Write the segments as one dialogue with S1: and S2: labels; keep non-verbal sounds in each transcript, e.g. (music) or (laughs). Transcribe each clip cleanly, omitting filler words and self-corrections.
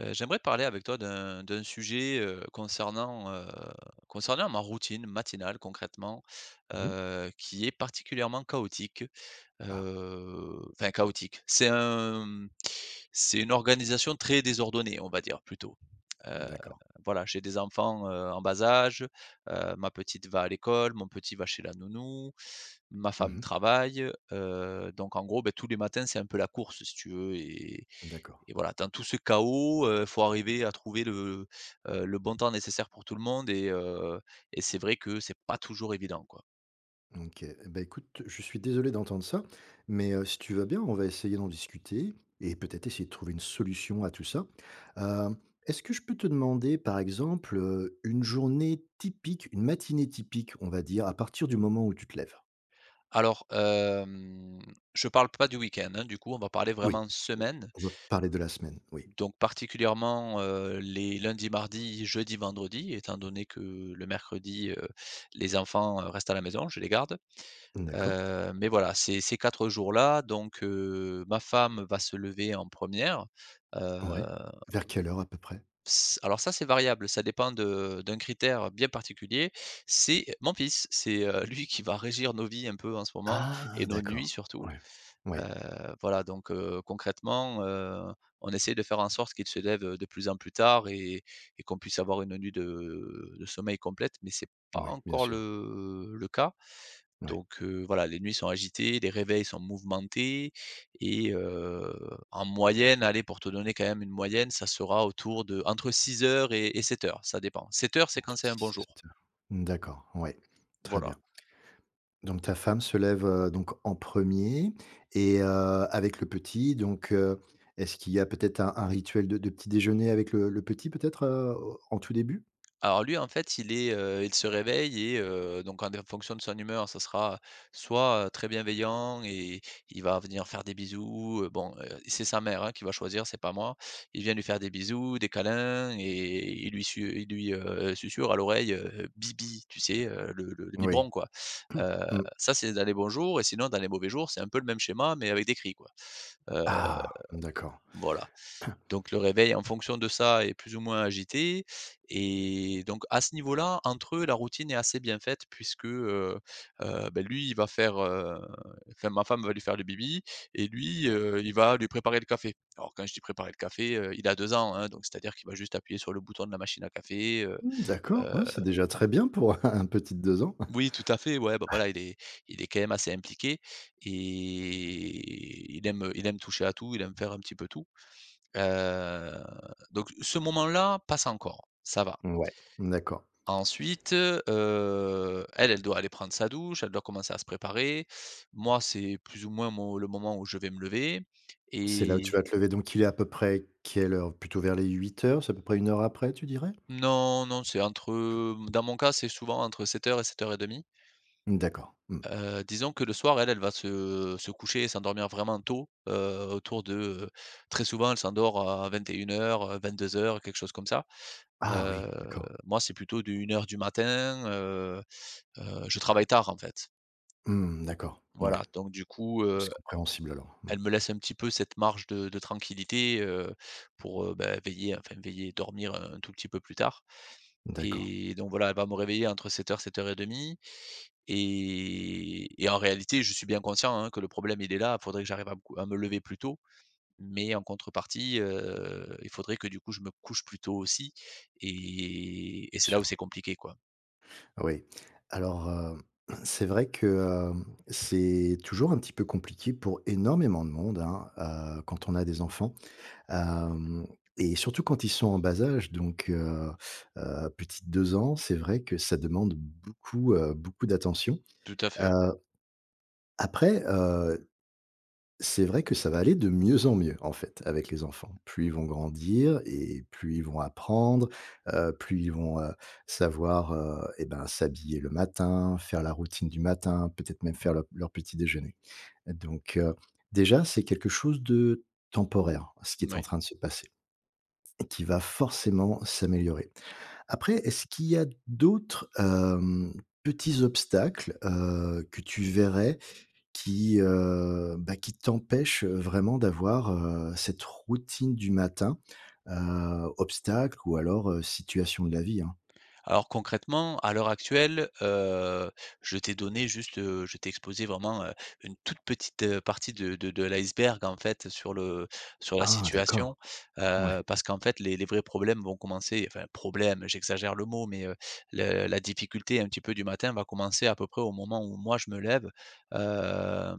S1: J'aimerais parler avec toi d'un sujet, concernant, ma routine matinale concrètement,
S2: Mmh.
S1: qui est particulièrement chaotique,
S2: Ah!
S1: enfin chaotique. C'est une organisation très désordonnée, on va dire plutôt. Heu,
S2: D'accord.
S1: voilà, j'ai des enfants, en bas âge, ma petite va à l'école, mon petit va chez la nounou, ma femme
S2: Mmh.
S1: travaille, donc en gros, beh, tous les matins, c'est un peu la course si tu veux et
S2: D'accord.
S1: et voilà, dans tout ce chaos, faut arriver à trouver le bon temps nécessaire pour tout le monde et c'est vrai que c'est pas toujours évident, quoi.
S2: OK. Bah, écoute, je suis désolé d'entendre ça, mais si tu vas bien, on va essayer d'en discuter et peut-être essayer de trouver une solution à tout ça. Hem, est-ce que je peux te demander, par exemple, une journée typique, une matinée typique, on va dire, à partir du moment où tu te lèves?
S1: Alors, je parle pas du week-end, hein, du coup, on va parler
S2: Oui.
S1: vraiment semaine,
S2: On va parler de la semaine, oui.
S1: donc particulièrement, les lundis, mardis, jeudi, vendredi, étant donné que le mercredi, les enfants, restent à la maison, je les garde.
S2: D'accord.
S1: Mais voilà, ces 4 jours-là, donc ma femme va se lever en première. Heu
S2: Ouais. Vers quelle heure à peu près?
S1: S Alors ça, c'est variable, ça dépend de d'un critère bien particulier. C'est mon fils, c'est, (laughs) lui qui va régir nos vies un peu en ce moment et
S2: Ah!
S1: nos nuits
S2: D'accord.
S1: surtout.
S2: Ouais.
S1: Heu,
S2: Ouais.
S1: voilà donc concrètement, on essaie de faire en sorte qu'il se lève, de plus en plus tard et qu'on puisse avoir une nuit de sommeil complète, mais c'est pas
S2: Oui, bien
S1: encore
S2: sûr.
S1: le cas.
S2: Ouais.
S1: Donc voilà, les nuits sont agitées, les réveils sont mouvementés et heu, en moyenne, allez, pour te donner quand même une moyenne, ça sera autour de entre 6 heures et 7 heures. Ça dépend. 7 heures, c'est quand
S2: Entre
S1: c'est un
S2: 6
S1: bon
S2: et
S1: jour,
S2: 7 heures. D'accord, ouais, très bien.
S1: voilà.
S2: Donc ta femme se lève, donc en premier et avec le petit donc est-ce qu'il y a peut-être un rituel de petit déjeuner avec le petit peut-être, au en tout début?
S1: Alors lui, en fait, il se réveille donc en fonction de son humeur, ça sera soit, très bienveillant et il va venir faire des bisous, bon, c'est sa mère, hein, qui va choisir, c'est pas moi. Il vient lui faire des bisous, des câlins et il lui susurre à l'oreille, bibi, tu sais, le
S2: Oui.
S1: biberon, quoi.
S2: (clears throat)
S1: Heu,
S2: Mmh.
S1: Ça, c'est dans les bons jours et sinon dans les mauvais jours, c'est un peu le même schéma mais avec des cris, quoi. Heu,
S2: Ah! D'accord.
S1: voilà. Donc le réveil en fonction de ça est plus ou moins agité et donc à ce niveau-là, entre eux, la routine est assez bien faite puisque, bah, lui, enfin ma femme va lui faire le bibi et lui, il va lui préparer le café. Alors quand je dis préparer le café, il a 2 ans, hein, donc c'est-à-dire qu'il va juste appuyer sur le bouton de la machine à café.
S2: Mmh, d'accord,
S1: Heu
S2: ouais, c'est déjà très bien pour (laughs) un petit de 2 ans.
S1: oui, tout à fait, ouais, bah, voilà, il est quand même assez impliqué et il aime toucher à tout, il aime faire un petit peu tout. Heu, donc ce moment-là passe encore, ça va.
S2: Ouais, d'accord.
S1: Ensuite, elle, elle doit aller prendre sa douche, elle doit commencer à se préparer. Moi, c'est plus ou moins mon le moment où je vais me lever
S2: C'est là où tu
S1: et
S2: vas te lever donc il est à peu près quelle heure? Plutôt vers les huit heures, c'est à peu près une heure après, tu dirais?
S1: non, non, dans mon cas, c'est souvent entre 7 heures et 07:30.
S2: D'accord. Mmh.
S1: Disons que le soir, elle, elle va se coucher et s'endormir vraiment tôt, autour de, très souvent, elle s'endort à 21 heures, 22 heures, quelque chose comme ça.
S2: Ah
S1: Heu,
S2: oui, d'accord.
S1: Moi, c'est plutôt de 1 heure du matin. Je travaille tard, en fait.
S2: Mmh, d'accord, oui.
S1: Voilà, donc du coup,
S2: C'est compréhensible alors. Mmh.
S1: elle me laisse un petit peu cette marge de tranquillité, pour, bah, veiller, enfin veiller, dormir un tout petit peu plus tard
S2: D'accord,
S1: et donc voilà, elle va me réveiller entre 07:00-07:30 et en réalité, je suis bien conscient, hein, que le problème, il est là. Il faudrait que j'arrive à me cou à me lever plus tôt, mais en contrepartie, il faudrait que du coup, je me couche plus tôt aussi et
S2: bien
S1: c'est là où c'est
S2: sûr.
S1: compliqué, quoi.
S2: Oui. Alors, (clears throat) c'est vrai que, c'est toujours un petit peu compliqué pour énormément de monde, hein, quand on a des enfants. Hem et surtout quand ils sont en bas âge donc petite 2 ans, c'est vrai que ça demande beaucoup, beaucoup d'attention.
S1: Tout à fait.
S2: Heu, après, c'est vrai que ça va aller de mieux en mieux, en fait, avec les enfants. Plus ils vont grandir et plus ils vont apprendre, plus ils vont, savoir, et ben, s'habiller le matin, faire la routine du matin, peut-être même faire leur petit déjeuner. Donc, déjà, c'est quelque chose de temporaire, ce qui est en
S1: Moui.
S2: train de se passer et qui va forcément s'améliorer. Après, est-ce qu'il y a d'autres, petits obstacles, que tu verrais qui, bah, qui t'empêche, vraiment d'avoir, cette routine du matin, obstacle ou alors, situation de la vie, hein.
S1: Alors concrètement, à l'heure actuelle, je t'ai exposé vraiment, une toute petite, partie de l'iceberg en fait sur le sur la
S2: Ah, d'accord,
S1: situation,
S2: ouais.
S1: parce qu'en fait les vrais problèmes vont commencer, enfin problèmes, j'exagère le mot, mais, le la difficulté un petit peu du matin va commencer à peu près au moment où moi je me lève, hem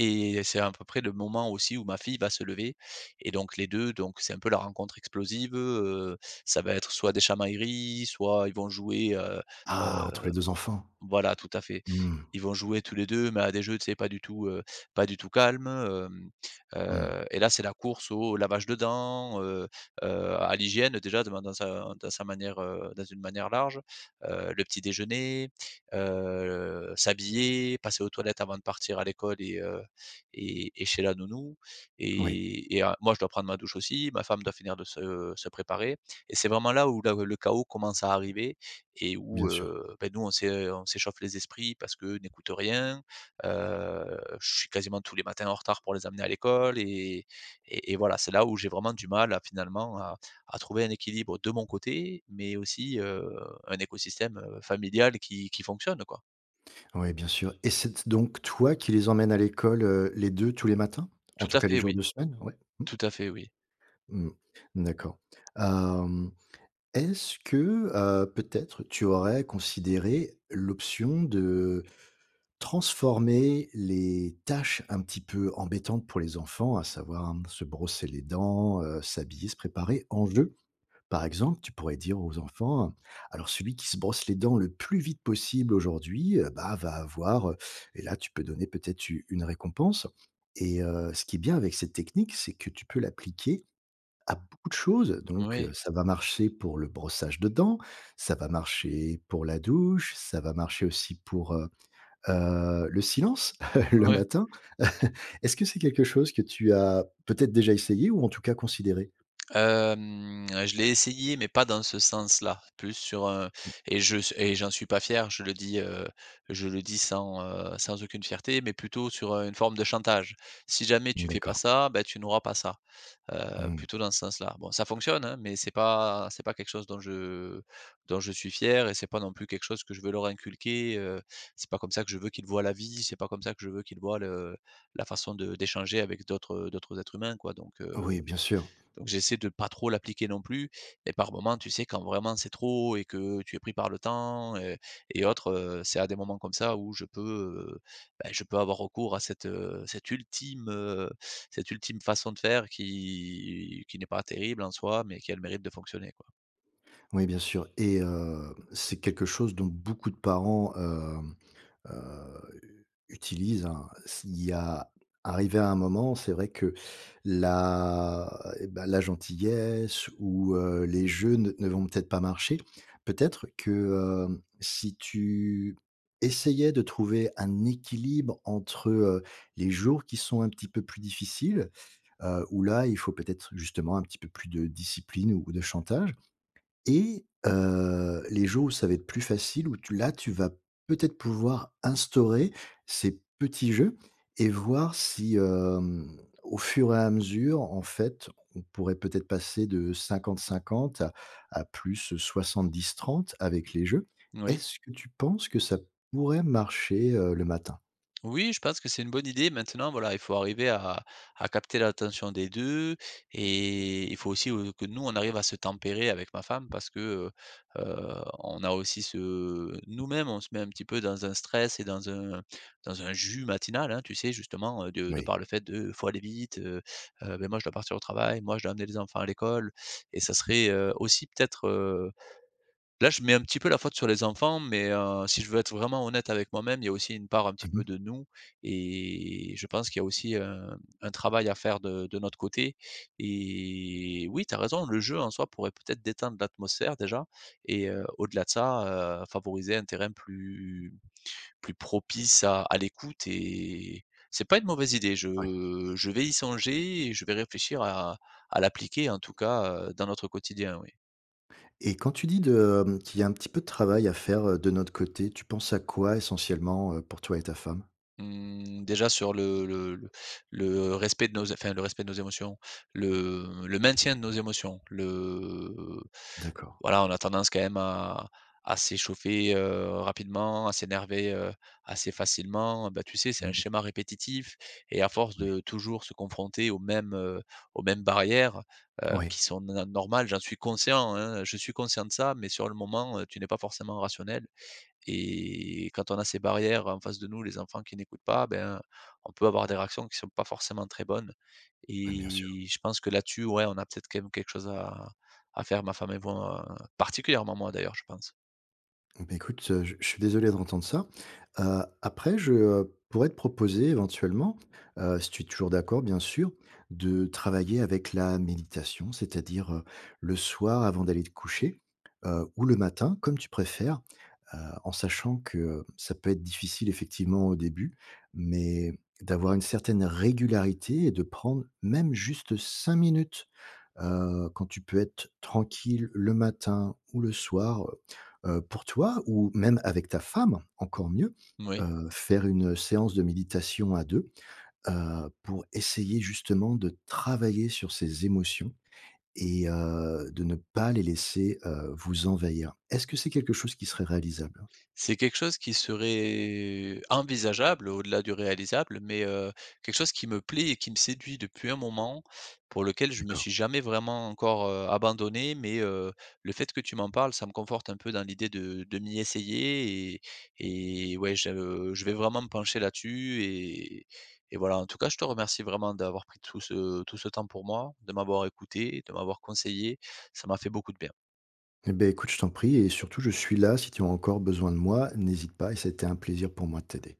S1: et c'est à peu près le moment aussi où ma fille va se lever et donc les 2, donc c'est un peu la rencontre explosive. Ça va être soit des chamailleries, soit ils vont jouer.
S2: Ah,
S1: Heu
S2: entre les 2 enfants.
S1: voilà, tout à fait.
S2: Mmh,
S1: Ils vont jouer tous les 2, mais à des jeux, tu sais, pas du tout calmes.
S2: mmh.
S1: Et là, c'est la course au lavage de dents. À l'hygiène déjà de dans sa manière, dans une manière large, le petit déjeuner, s'habiller, passer aux toilettes avant de partir à l'école et chez la nounou.
S2: Oui,
S1: Moi, je dois prendre ma douche aussi, ma femme doit finir de se préparer et c'est vraiment là où la le chaos commence à arriver et
S2: bien
S1: où,
S2: sûr.
S1: bah, nous on s'échauffe les esprits parce qu'eux n'écoute rien. Je suis quasiment tous les matins en retard pour les amener à l'école et voilà, c'est là où j'ai vraiment du mal à finalement à trouver un équilibre de mon côté, mais aussi, un écosystème, familial qui fonctionne, quoi.
S2: Oui, bien sûr et c'est donc toi qui les emmènes à l'école, les 2 tous les matins? En
S1: Tout
S2: tout
S1: à
S2: cas les
S1: fait,
S2: jours
S1: oui.
S2: de semaine? Ouais.
S1: Tout à fait, oui.
S2: Mmh, mmh. D'accord. Hem, est-ce que, peut-être tu aurais considéré l'option de transformer les tâches un petit peu embêtantes pour les enfants, à savoir, mmh, se brosser les dents, s'habiller, se préparer, en jeu. Par exemple, tu pourrais dire aux enfants, «Alors celui qui se brosse les dents le plus vite possible aujourd'hui, bah, va avoir, et là, tu peux donner peut-être u une récompense et ce qui est bien avec cette technique, c'est que tu peux l'appliquer à beaucoup de choses. Donc
S1: Oui.
S2: ça va marcher pour le brossage de dents, ça va marcher pour la douche, ça va marcher aussi pour, le silence (laughs) le
S1: Ouais.
S2: matin, (laughs) est-ce que c'est quelque chose que tu as peut-être déjà essayé ou en tout cas considéré?
S1: Je l'ai essayé, mais pas dans ce sens-là, plus sur un, et je s et j'en suis pas fier, je le dis sans, sans aucune fierté, mais plutôt sur, une forme de chantage. «Si jamais tu fais pas
S2: D'accord.
S1: ça, bah, tu n'auras pas ça»,
S2: Mmh.
S1: plutôt dans ce sens-là. Bon, ça fonctionne, hein, mais c'est pas quelque chose dont je suis fier et c'est pas non plus quelque chose que je veux leur inculquer, c'est pas comme ça que je veux qu'ils voient la vie, c'est pas comme ça que je veux qu'ils voient le la façon de d'échanger avec d'autres, d'autres êtres humains, quoi, donc heu
S2: Oui, bien sûr.
S1: donc j'essaie de pas trop l'appliquer non plus, et par moments, tu sais, quand vraiment c'est trop et que tu es pris par le temps et autres, c'est à des moments comme ça où je peux, heu, bah, je peux avoir recours à cette ultime façon de faire qui n'est pas terrible en soi, mais qui a le mérite de fonctionner, quoi.
S2: Oui, bien sûr et c'est quelque chose dont beaucoup de parents, utilisent, hein. S'il y a arrivé à un moment, c'est vrai que la et bah, la gentillesse ou les jeux ne vont peut-être pas marcher. Peut-être que, si tu essayais de trouver un équilibre entre, les jours qui sont un petit peu plus difficiles, où là, il faut peut-être justement un petit peu plus de discipline ou de chantage et les jours où ça va être plus facile, où tu là, tu vas peut-être pouvoir instaurer ces petits jeux et voir si, au fur et à mesure, en fait, on pourrait peut-être passer de 50-50 à plus 70-30 avec les jeux.
S1: Oui.
S2: Est-ce que tu penses que ça pourrait marcher, le matin?
S1: Oui, je pense que c'est une bonne idée. Maintenant, voilà, il faut arriver à capter l'attention des deux et il faut aussi, que nous, on arrive à se tempérer avec ma femme parce que, on a aussi ce... Nous-mêmes, on se met un petit peu dans un stress et dans un jus matinal, hein, tu sais, justement, de
S2: Oui.
S1: par le fait de faut aller vite, ben moi, je dois partir au travail, moi, je dois amener les enfants à l'école et ça serait, aussi peut-être... Là, je mets un petit peu la faute sur les enfants, mais, si je veux être vraiment honnête avec moi-même, il y a aussi une part un petit
S2: Mmh.
S1: peu de nous et je pense qu'il y a aussi, un travail à faire de notre côté et oui, tu as raison, le jeu en soi pourrait peut-être détendre l'atmosphère déjà au-delà de ça, favoriser un terrain plus propice à l'écoute et c'est pas une mauvaise idée.
S2: Ouais.
S1: Je vais y songer et je vais réfléchir à l'appliquer en tout cas, dans notre quotidien, oui.
S2: Et quand tu dis de, mmh, qu'il y a un petit peu de travail à faire, de notre côté, tu penses à quoi essentiellement, pour toi et ta femme?
S1: Mmh, déjà sur le respect de nos, enfin le respect de nos émotions, le maintien de nos émotions, le
S2: D'accord.
S1: voilà, on a tendance quand même à s'échauffer, rapidement, à s'énerver, assez facilement. Bah, tu sais, c'est un
S2: Mmh.
S1: schéma répétitif et à force
S2: Oui.
S1: de toujours se confronter aux mêmes barrières,
S2: Oui,
S1: qui sont na normales, j'en suis conscient, hein, je suis conscient de ça, mais sur le moment, tu n'es pas forcément rationnel. Et quand on a ces barrières en face de nous, les enfants qui n'écoutent pas, ben, on peut avoir des réactions qui sont pas forcément très bonnes.
S2: oui, bien sûr.
S1: Et je pense que là-dessus, ouais, on a peut-être quand même quelque chose à faire. Ma femme et moi, particulièrement moi d'ailleurs, je pense.
S2: Beh, écoute, je suis désolé d'entendre ça. Après je, pourrais te proposer éventuellement, si tu es toujours d'accord bien sûr, de travailler avec la méditation, c'est-à-dire, le soir avant d'aller te coucher, ou le matin comme tu préfères, heu, en sachant que, ça peut être difficile effectivement au début, mais d'avoir une certaine régularité et de prendre même juste 5 minutes quand tu peux être tranquille le matin ou le soir, pour toi ou même avec ta femme, encore mieux,
S1: Oui.
S2: faire une séance de méditation à deux, pour essayer justement de travailler sur ces émotions et de ne pas les laisser, vous envahir. Est-ce que c'est quelque chose qui serait réalisable?
S1: C'est quelque chose qui serait envisageable au-delà du réalisable, mais, quelque chose qui me plaît et qui me séduit depuis un moment, pour lequel je me
S2: D'accord.
S1: suis jamais vraiment encore, abandonné, mais, le fait que tu m'en parles, ça me conforte un peu dans l'idée de m'y essayer et ouais, je vais vraiment me pencher là-dessus et voilà. En tout cas, je te remercie vraiment d'avoir pris tout ce temps pour moi, de m'avoir écouté, de m'avoir conseillé. Ça m'a fait beaucoup de bien.
S2: Eh bien, écoute, je t'en prie et surtout je suis là si tu as encore besoin de moi, n'hésite pas et c'était un plaisir pour moi de t'aider.